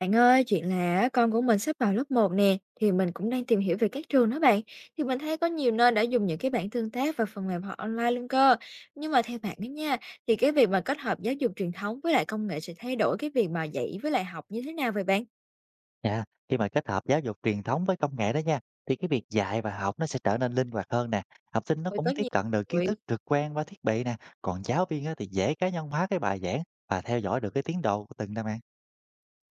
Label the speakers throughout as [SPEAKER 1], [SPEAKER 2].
[SPEAKER 1] Bạn ơi, chuyện là á, con của mình sắp vào lớp một nè, thì mình cũng đang tìm hiểu về các trường đó bạn. Thì mình thấy có nhiều nơi đã dùng những cái bảng tương tác và phần mềm học online luôn cơ. Nhưng mà theo bạn đó nha, thì cái việc mà kết hợp giáo dục truyền thống với lại công nghệ sẽ thay đổi cái việc mà dạy với lại học như thế nào vậy bạn?
[SPEAKER 2] Dạ, khi mà kết hợp giáo dục truyền thống với công nghệ đó nha, thì cái việc dạy và học nó sẽ trở nên linh hoạt hơn nè. Học sinh nó
[SPEAKER 1] Ôi,
[SPEAKER 2] cũng
[SPEAKER 1] tất
[SPEAKER 2] tiếp
[SPEAKER 1] nhiên
[SPEAKER 2] cận được kiến
[SPEAKER 1] rồi.
[SPEAKER 2] thức trực quan qua thiết bị nè, còn giáo viên á thì dễ cá nhân hóa cái bài giảng và theo dõi được cái tiến độ của từng năm bạn.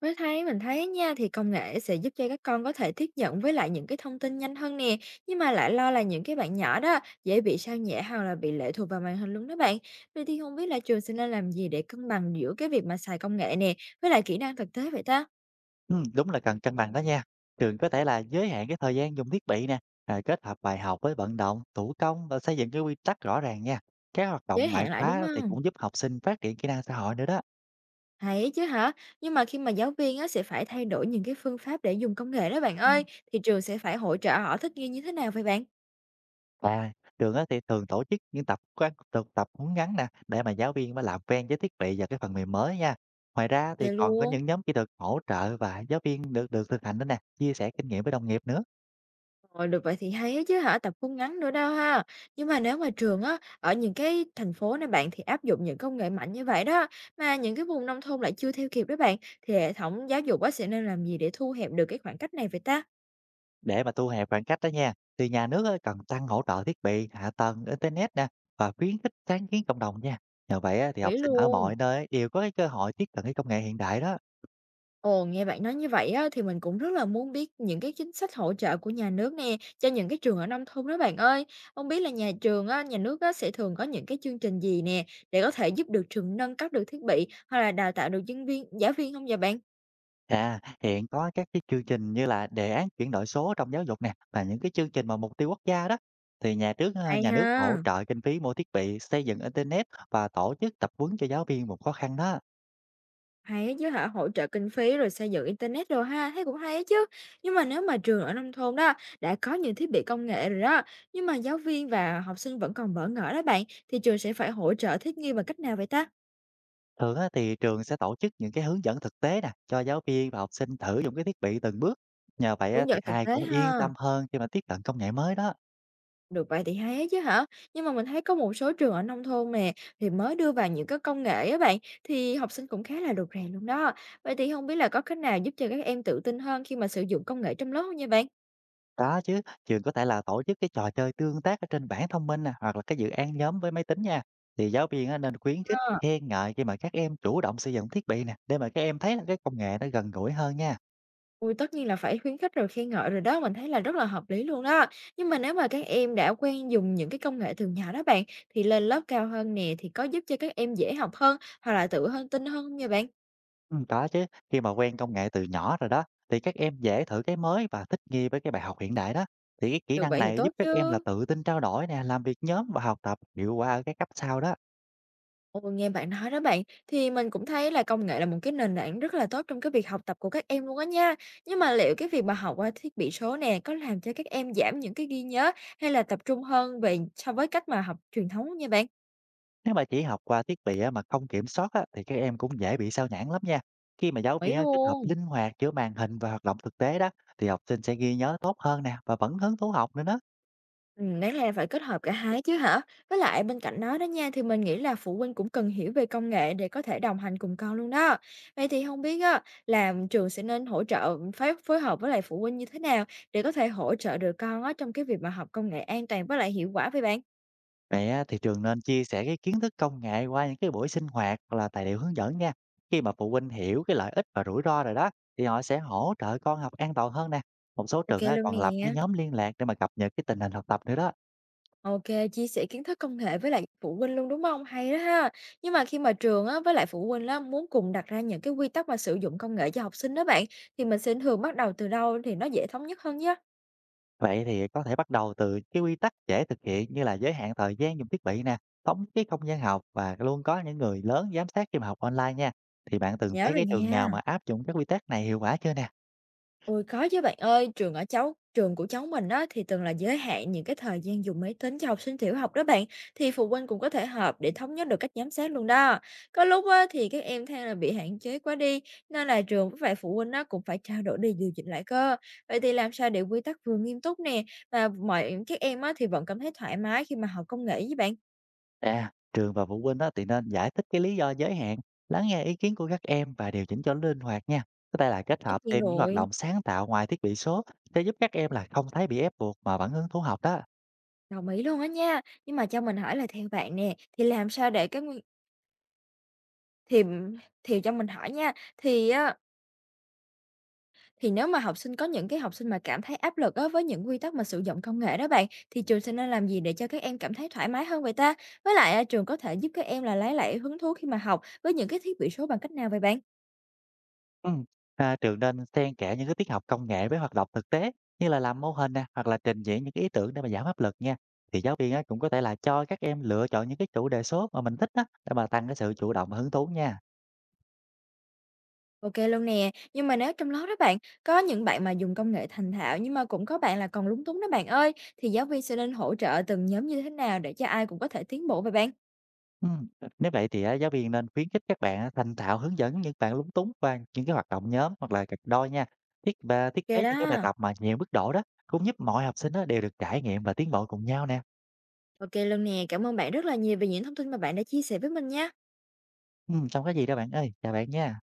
[SPEAKER 1] Mới thấy mình thấy nha, thì công nghệ sẽ giúp cho các con có thể tiếp nhận với lại những cái thông tin nhanh hơn nè, nhưng mà lại lo là những cái bạn nhỏ đó dễ bị sao nhãng hoặc là bị lệ thuộc vào màn hình luôn đó bạn. Vậy thì không biết là trường sẽ nên làm gì để cân bằng giữa cái việc mà xài công nghệ nè với lại kỹ năng thực tế vậy ta?
[SPEAKER 2] Ừ, đúng là cần cân bằng đó nha. Trường có thể là giới hạn cái thời gian dùng thiết bị nè, kết hợp bài học với vận động, thủ công và xây dựng cái quy tắc rõ ràng nha. Các hoạt động
[SPEAKER 1] Giới
[SPEAKER 2] ngoại
[SPEAKER 1] hạn lại, đúng
[SPEAKER 2] khóa thì
[SPEAKER 1] không?
[SPEAKER 2] cũng giúp học sinh phát triển kỹ năng xã hội nữa đó.
[SPEAKER 1] Hay chứ hả? Nhưng mà khi mà giáo viên á, sẽ phải thay đổi những cái phương pháp để dùng công nghệ đó bạn ơi, thì trường sẽ phải hỗ trợ họ thích nghi như thế nào vậy bạn?
[SPEAKER 2] À, Trường á thì thường tổ chức những tập quán thực tập huấn ngắn nè để mà giáo viên mới làm quen với thiết bị và cái phần mềm mới nha. Ngoài ra thì
[SPEAKER 1] Kìa
[SPEAKER 2] còn có
[SPEAKER 1] luôn.
[SPEAKER 2] những nhóm kỹ thuật hỗ trợ và giáo viên được được thực hành đó nè, chia sẻ kinh nghiệm với đồng nghiệp nữa
[SPEAKER 1] Rồi, được vậy thì hay á chứ hả, tập cung ngắn nữa đâu ha. Nhưng mà nếu mà trường á, ở những cái thành phố này bạn thì áp dụng những công nghệ mạnh như vậy đó, mà những cái vùng nông thôn lại chưa theo kịp đó bạn, thì hệ thống giáo dục á sẽ nên làm gì để thu hẹp được cái khoảng cách này vậy ta?
[SPEAKER 2] để mà thu hẹp khoảng cách đó nha. Thì nhà nước á, cần tăng hỗ trợ thiết bị, hạ tầng internet nè và khuyến khích sáng kiến cộng đồng nha. Nhờ vậy á, thì học
[SPEAKER 1] Mỹ
[SPEAKER 2] sinh ở mọi
[SPEAKER 1] luôn.
[SPEAKER 2] nơi đều có cái cơ hội tiếp cận cái công nghệ hiện đại đó.
[SPEAKER 1] Ồ, nghe bạn nói như vậy á, thì mình cũng rất là muốn biết những cái chính sách hỗ trợ của nhà nước nè, cho những cái trường ở nông thôn đó bạn ơi. Không biết là nhà trường á, nhà nước á, sẽ thường có những cái chương trình gì nè, để có thể giúp được trường nâng cấp được thiết bị, hoặc là đào tạo được nhân viên, giáo viên không vậy bạn?
[SPEAKER 2] Hiện có các cái chương trình như là đề án chuyển đổi số trong giáo dục nè và những cái chương trình mà mục tiêu quốc gia đó, thì
[SPEAKER 1] Hay
[SPEAKER 2] nhà nước hỗ
[SPEAKER 1] ha,
[SPEAKER 2] trợ kinh phí mua thiết bị, xây dựng internet và tổ chức tập huấn cho giáo viên vùng khó khăn đó.
[SPEAKER 1] hay á chứ hả, hỗ trợ kinh phí rồi xây dựng internet rồi ha, thấy cũng hay á chứ. Nhưng mà nếu mà trường ở nông thôn đó đã có những thiết bị công nghệ rồi đó, nhưng mà giáo viên và học sinh vẫn còn bỡ ngỡ đó bạn, thì trường sẽ phải hỗ trợ thích nghi bằng cách nào vậy ta?
[SPEAKER 2] Thường á, thì trường sẽ tổ chức những cái hướng dẫn thực tế nè cho giáo viên và học sinh thử dùng cái thiết bị từng bước. Nhờ vậy á,
[SPEAKER 1] Hướng
[SPEAKER 2] thì
[SPEAKER 1] dẫn thực
[SPEAKER 2] ai
[SPEAKER 1] tế
[SPEAKER 2] cũng yên
[SPEAKER 1] ha.
[SPEAKER 2] tâm hơn khi mà tiếp cận công nghệ mới đó.
[SPEAKER 1] Được vậy thì hay á chứ hả? Nhưng mà mình thấy có một số trường ở nông thôn nè thì mới đưa vào những cái công nghệ á bạn, thì học sinh cũng khá là rụt rè luôn đó. Vậy thì không biết là có cách nào giúp cho các em tự tin hơn khi mà sử dụng công nghệ trong lớp không nha bạn?
[SPEAKER 2] Có chứ, trường có thể là tổ chức cái trò chơi tương tác ở trên bảng thông minh nè, hoặc là cái dự án nhóm với máy tính nha. Thì giáo viên á, nên khuyến khích,
[SPEAKER 1] Ờ.
[SPEAKER 2] khen ngợi khi mà các em chủ động sử dụng thiết bị nè, để mà các em thấy là cái công nghệ nó gần gũi hơn nha.
[SPEAKER 1] Ui, tất nhiên là phải khuyến khích rồi khen ngợi rồi đó, mình thấy là rất là hợp lý luôn đó. Nhưng mà nếu mà các em đã quen dùng những cái công nghệ từ nhỏ đó bạn, thì lên lớp cao hơn nè, thì có giúp cho các em dễ học hơn hoặc là tự hơn tin hơn không vậy bạn?
[SPEAKER 2] Ừ, có chứ, khi mà quen công nghệ từ nhỏ rồi đó, thì các em dễ thử cái mới và thích nghi với cái bài học hiện đại đó. Thì cái kỹ
[SPEAKER 1] Được
[SPEAKER 2] năng
[SPEAKER 1] vậy thì
[SPEAKER 2] này
[SPEAKER 1] tốt
[SPEAKER 2] giúp các em là
[SPEAKER 1] chứ.
[SPEAKER 2] tự tin trao đổi nè, làm việc nhóm và học tập hiệu quả ở cái cấp sau đó.
[SPEAKER 1] Ôi, nghe bạn nói đó bạn, thì mình cũng thấy là công nghệ là một cái nền tảng rất là tốt trong cái việc học tập của các em luôn á nha. Nhưng mà liệu cái việc mà học qua thiết bị số nè có làm cho các em giảm những cái ghi nhớ hay là tập trung hơn về so với cách mà học truyền thống không nha bạn?
[SPEAKER 2] Nếu mà chỉ học qua thiết bị á, mà không kiểm soát á, thì các em cũng dễ bị sao nhãng lắm nha. Khi mà
[SPEAKER 1] Đồng
[SPEAKER 2] giáo
[SPEAKER 1] ý
[SPEAKER 2] viên á, kết hợp
[SPEAKER 1] luôn.
[SPEAKER 2] linh hoạt giữa màn hình và hoạt động thực tế đó, thì học sinh sẽ ghi nhớ tốt hơn nè và vẫn hứng thú học nữa đó.
[SPEAKER 1] Đáng lẽ phải kết hợp cả hai chứ hả? Với lại bên cạnh đó đó nha, thì mình nghĩ là phụ huynh cũng cần hiểu về công nghệ để có thể đồng hành cùng con luôn đó. Vậy thì không biết á, là trường sẽ nên hỗ trợ phối hợp với lại phụ huynh như thế nào để có thể hỗ trợ được con á, trong cái việc mà học công nghệ an toàn với lại hiệu quả với bạn?
[SPEAKER 2] Vậy á, thì trường nên chia sẻ cái kiến thức công nghệ qua những cái buổi sinh hoạt hoặc là tài liệu hướng dẫn nha. Khi mà phụ huynh hiểu cái lợi ích và rủi ro rồi đó, thì họ sẽ hỗ trợ con học an toàn hơn nè. Một số
[SPEAKER 1] OK
[SPEAKER 2] trường á,
[SPEAKER 1] luôn
[SPEAKER 2] còn lập cái
[SPEAKER 1] nè.
[SPEAKER 2] nhóm liên lạc để mà cập nhật cái tình hình học tập nữa đó.
[SPEAKER 1] OK, chia sẻ kiến thức công nghệ với lại phụ huynh luôn, đúng không? Hay đó ha. Nhưng mà khi mà trường á, với lại phụ huynh á, muốn cùng đặt ra những cái quy tắc mà sử dụng công nghệ cho học sinh đó bạn, thì mình sẽ thường bắt đầu từ đâu thì nó dễ thống nhất hơn nhá?
[SPEAKER 2] Vậy thì có thể bắt đầu từ cái quy tắc dễ thực hiện, như là giới hạn thời gian dùng thiết bị nè, thống cái không gian học và luôn có những người lớn giám sát khi mà học online nha. Thì bạn
[SPEAKER 1] Mình
[SPEAKER 2] từng
[SPEAKER 1] nhớ
[SPEAKER 2] thấy
[SPEAKER 1] rồi
[SPEAKER 2] cái trường nào mà
[SPEAKER 1] nha.
[SPEAKER 2] áp dụng các quy tắc này hiệu quả chưa nè?
[SPEAKER 1] Ôi, có chứ bạn ơi, trường của cháu mình đó thì từng là giới hạn những cái thời gian dùng máy tính cho học sinh tiểu học đó bạn, thì phụ huynh cũng có thể họp để thống nhất được cách giám sát luôn đó. Có lúc á, thì các em than là bị hạn chế quá đi, nên là trường với lại phụ huynh á, cũng phải trao đổi để điều chỉnh lại cơ. Vậy thì làm sao để quy tắc vừa nghiêm túc nè, mà mọi các em á, thì vẫn cảm thấy thoải mái khi mà học công nghệ với bạn?
[SPEAKER 2] À, trường và phụ huynh đó thì nên giải thích cái lý do giới hạn, lắng nghe ý kiến của các em và điều chỉnh cho nó linh hoạt nha. Có thể là kết
[SPEAKER 1] Tất
[SPEAKER 2] hợp
[SPEAKER 1] nhiên
[SPEAKER 2] thêm những hoạt
[SPEAKER 1] rồi.
[SPEAKER 2] động sáng tạo ngoài thiết bị số sẽ giúp các em là không thấy bị ép buộc mà vẫn hứng thú học đó.
[SPEAKER 1] Đồng ý luôn á nha. Nhưng mà cho mình hỏi là theo bạn nè, thì làm sao để các nguyên Thì thì cho mình hỏi nha, thì á thì nếu mà học sinh có những cái học sinh mà cảm thấy áp lực á với những quy tắc mà sử dụng công nghệ đó bạn, thì trường sẽ nên làm gì để cho các em cảm thấy thoải mái hơn vậy ta? Với lại á, trường có thể giúp các em là lấy lại hứng thú khi mà học với những cái thiết bị số bằng cách nào vậy bạn?
[SPEAKER 2] Ừm, Trường nên xen kẽ những cái tiết học công nghệ với hoạt động thực tế, như là làm mô hình nè hoặc là trình diễn những cái ý tưởng, để mà giảm áp lực nha. Thì giáo viên á, cũng có thể là cho các em lựa chọn những cái chủ đề số mà mình thích á, để mà tăng cái sự chủ động và hứng thú nha.
[SPEAKER 1] OK luôn nè, nhưng mà nếu trong lớp đó bạn, có những bạn mà dùng công nghệ thành thạo nhưng mà cũng có bạn là còn lúng túng đó bạn ơi, thì giáo viên sẽ nên hỗ trợ từng nhóm như thế nào để cho ai cũng có thể tiến bộ vậy bạn?
[SPEAKER 2] Ừm, Nếu vậy thì á, giáo viên nên khuyến khích các bạn á, thành thạo hướng dẫn những bạn lúng túng qua những cái hoạt động nhóm hoặc là cặp đôi nha. Thiết
[SPEAKER 1] OK
[SPEAKER 2] kế những cái bài
[SPEAKER 1] đó.
[SPEAKER 2] tập mà nhiều mức độ đó cũng giúp mọi học sinh á, đều được trải nghiệm và tiến bộ cùng nhau nè.
[SPEAKER 1] OK luôn nè, cảm ơn bạn rất là nhiều về những thông tin mà bạn đã chia sẻ với mình nha.
[SPEAKER 2] Không có gì đâu bạn ơi, chào bạn nha.